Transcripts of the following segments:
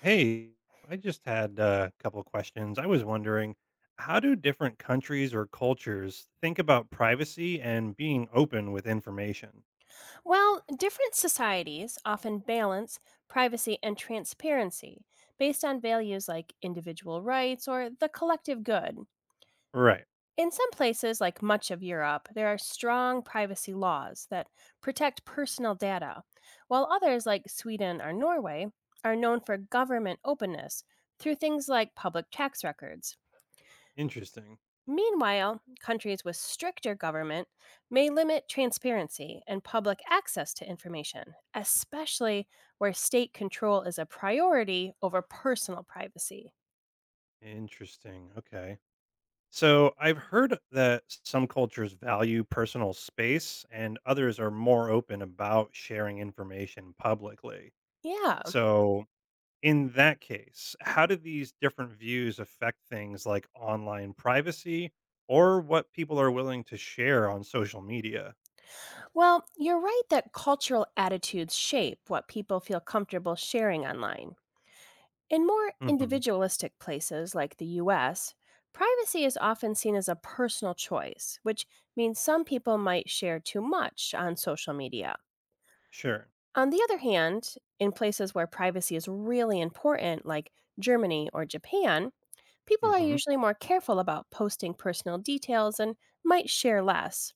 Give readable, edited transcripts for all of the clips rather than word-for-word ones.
Hey, I just had a couple of questions. I was wondering, how do different countries or cultures think about privacy and being open with information? Well, different societies often balance privacy and transparency based on values like individual rights or the collective good. Right. In some places, like much of Europe, there are strong privacy laws that protect personal data, while others, like Sweden or Norway, are known for government openness through things like public tax records. Interesting. Meanwhile, countries with stricter government may limit transparency and public access to information, especially where state control is a priority over personal privacy. Interesting. Okay. So I've heard that some cultures value personal space and others are more open about sharing information publicly. Yeah, So, in that case, how do these different views affect things like online privacy or what people are willing to share on social media? well, you're right that cultural attitudes shape what people feel comfortable sharing online. In more Hmm. individualistic places like the US, privacy is often seen as a personal choice, which means some people might share too much on social media. Sure. On the other hand, in places where privacy is really important, like Germany or Japan, people are Hmm. usually more careful about posting personal details and might share less.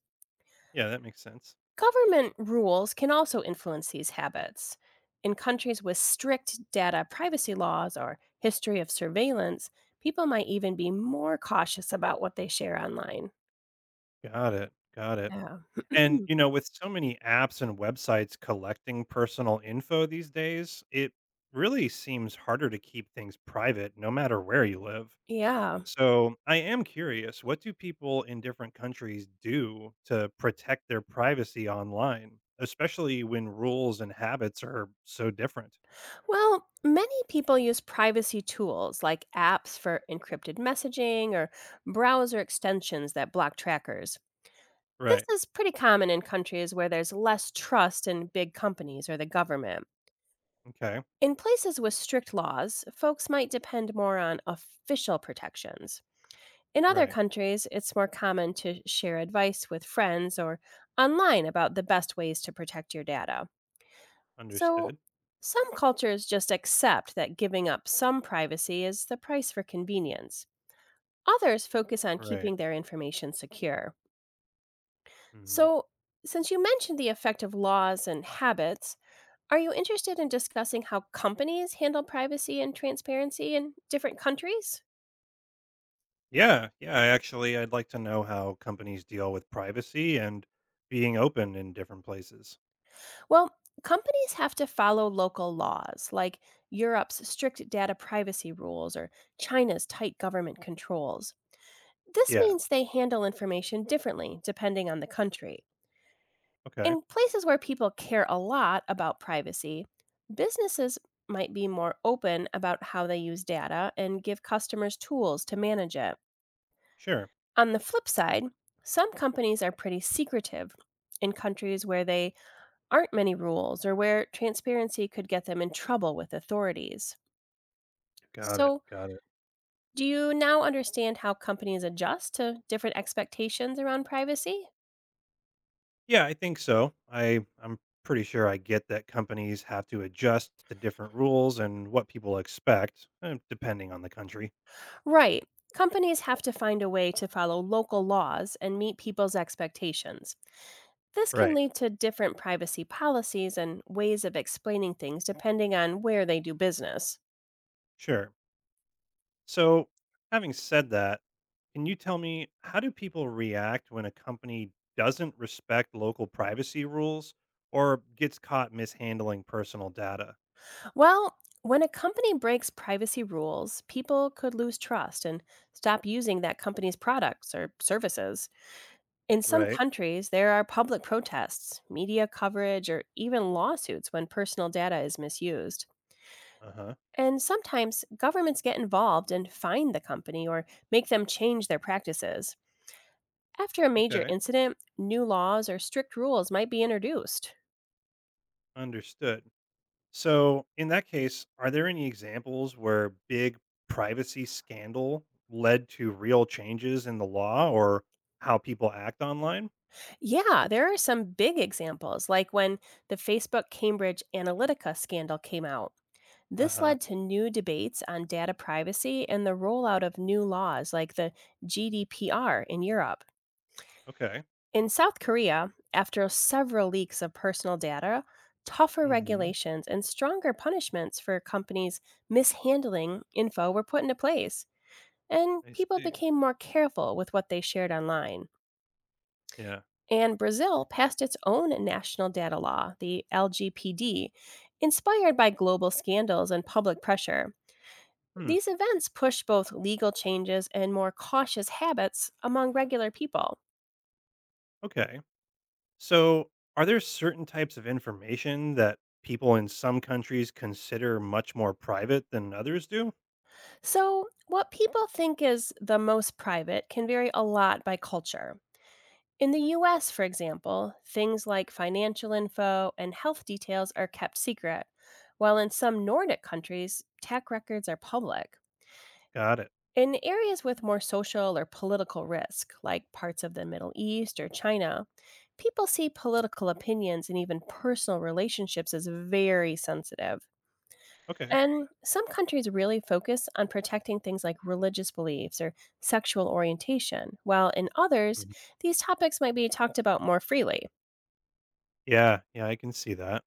Yeah, that makes sense. Government rules can also influence these habits. In countries with strict data privacy laws or history of surveillance, people might even be more cautious about what they share online. Got it. Got it. Yeah. And with so many apps and websites collecting personal info these days, it really seems harder to keep things private no matter where you live. Yeah. So I am curious, what do people in different countries do to protect their privacy online, especially when rules and habits are so different? Well, many people use privacy tools like apps for encrypted messaging or browser extensions that block trackers. This Right. is pretty common in countries where there's less trust in big companies or the government. Okay. In places with strict laws, folks might depend more on official protections. In other Right. countries, it's more common to share advice with friends or online about the best ways to protect your data. So, Understood. some cultures just accept that giving up some privacy is the price for convenience. Others focus on Right. keeping their information secure. Mhm. So, since you mentioned the effect of laws and habits, are you interested in discussing how companies handle privacy and transparency in different countries? Yeah. Yeah. I Actually, I'd like to know how companies deal with privacy and being open in different places. Well, companies have to follow local laws, like Europe's strict data privacy rules or China's tight government controls. This Yeah. means they handle information differently depending on the country. Okay. In places where people care a lot about privacy, businesses might be more open about how they use data and give customers tools to manage it. Sure. On the flip side, some companies are pretty secretive in countries where they aren't many rules or where transparency could get them in trouble with authorities. Got it. So, Got it. do you now understand how companies adjust to different expectations around privacy? Yeah, I think so. I'm pretty sure I get that companies have to adjust to different rules and what people expect depending on the country. Right. Companies have to find a way to follow local laws and meet people's expectations. This can Right. lead to different privacy policies and ways of explaining things depending on where they do business. Sure. So, having said that, can you tell me how do people react when a company doesn't respect local privacy rules or gets caught mishandling personal data? Well, when a company breaks privacy rules, people could lose trust and stop using that company's products or services. In some Right. countries, there are public protests, media coverage, or even lawsuits when personal data is misused. Uh-huh. And sometimes governments get involved and fine the company or make them change their practices. After a major Okay. incident, new laws or strict rules might be introduced. Understood. So, in that case, are there any examples where big privacy scandal led to real changes in the law or how people act online? Yeah, there are some big examples, like when the Facebook Cambridge Analytica scandal came out. Uh This huh. led to new debates on data privacy and the rollout of new laws like the GDPR in Europe. Okay. In South Korea, after several leaks of personal data, tougher Hmm. regulations and stronger punishments for companies mishandling info were put into place, and I people see. became more careful with what they shared online. Yeah. And Brazil passed its own national data law, the LGPD, inspired by global scandals and public pressure. Hmm. These events pushed both legal changes and more cautious habits among regular people. Okay. So, are there certain types of information that people in some countries consider much more private than others do? So, what people think is the most private can vary a lot by culture. In the US, for example, things like financial info and health details are kept secret, while in some Nordic countries, tech records are public. Got it. In areas with more social or political risk, like parts of the Middle East or China, people see political opinions and even personal relationships as very sensitive. Okay. And some countries really focus on protecting things like religious beliefs or sexual orientation, while in others, Mhm. these topics might be talked about more freely. Yeah. Yeah, I can see that.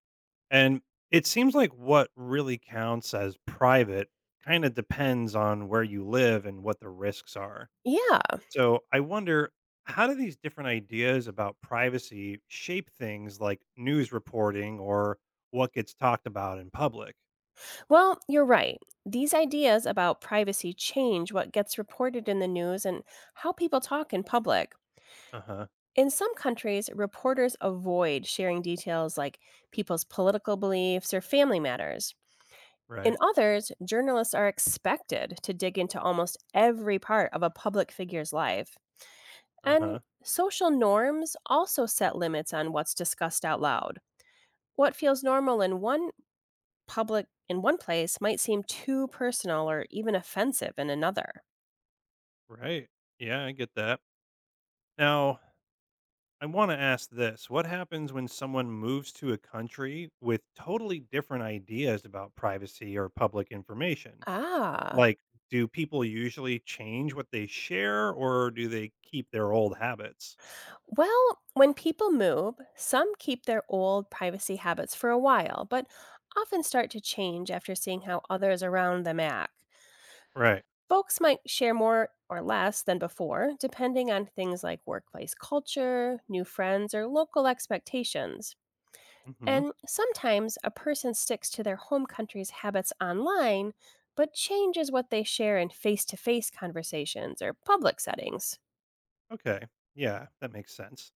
And it seems like what really counts as private kind of depends on where you live and what the risks are. Yeah, So I wonder, how do these different ideas about privacy shape things like news reporting or what gets talked about in public? well, you're right. These ideas about privacy change what gets reported in the news and how people talk in public. Uh huh. In some countries, reporters avoid sharing details like people's political beliefs or family matters. In Right. others, journalists are expected to dig into almost every part of a public figure's life. Uh And huh. social norms also set limits on what's discussed out loud. What feels normal in one public in one place might seem too personal or even offensive in another. Right. Yeah, I get that. Now, I want to ask this. What happens when someone moves to a country with totally different ideas about privacy or public information? Ah. Like, do people usually change what they share, or do they keep their old habits? Well, when people move, some keep their old privacy habits for a while, but often start to change after seeing how others around them act. Right. Folks might share more or less than before, depending on things like workplace culture, new friends, or local expectations. Mhm. And sometimes a person sticks to their home country's habits online, but changes what they share in face to face conversations or public settings. Okay. Yeah, that makes sense.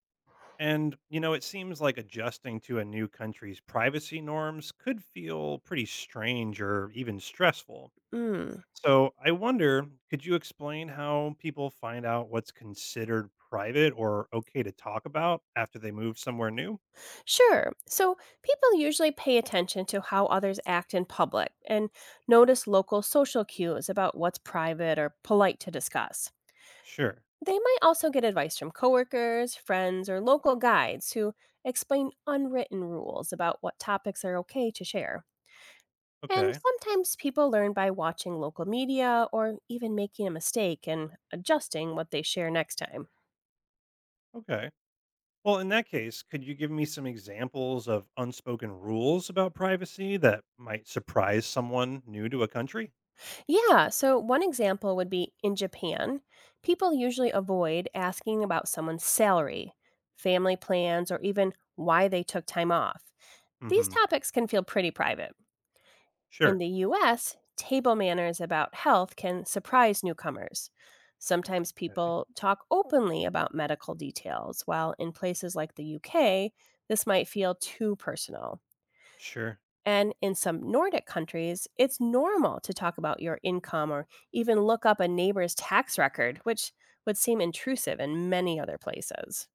And it seems like adjusting to a new country's privacy norms could feel pretty strange or even stressful. Mm. So, I wonder, could you explain how people find out what's considered private or okay to talk about after they move somewhere new? Sure. So people usually pay attention to how others act in public and notice local social cues about what's private or polite to discuss. Sure. They might also get advice from coworkers, friends, or local guides who explain unwritten rules about what topics are okay to share. And Okay. sometimes people learn by watching local media or even making a mistake and adjusting what they share next time. Okay. Well, in that case, could you give me some examples of unspoken rules about privacy that might surprise someone new to a country? Yeah, so one example would be in Japan, people usually avoid asking about someone's salary, family plans, or even why they took time off. These Hmm. topics can feel pretty private. In Sure. the US, table manners about health can surprise newcomers. Sometimes Okay. people talk openly about medical details, while in places like the UK, this might feel too personal. Sure. And in some Nordic countries, it's normal to talk about your income or even look up a neighbor's tax record, which would seem intrusive in many other places.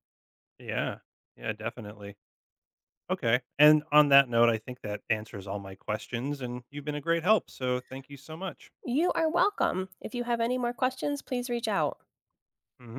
Yeah. Yeah, definitely. Okay. And on that note, I think that answers all my questions, and you've been a great help. So thank you so much. You are welcome. If you have any more questions, please reach out. Mhm.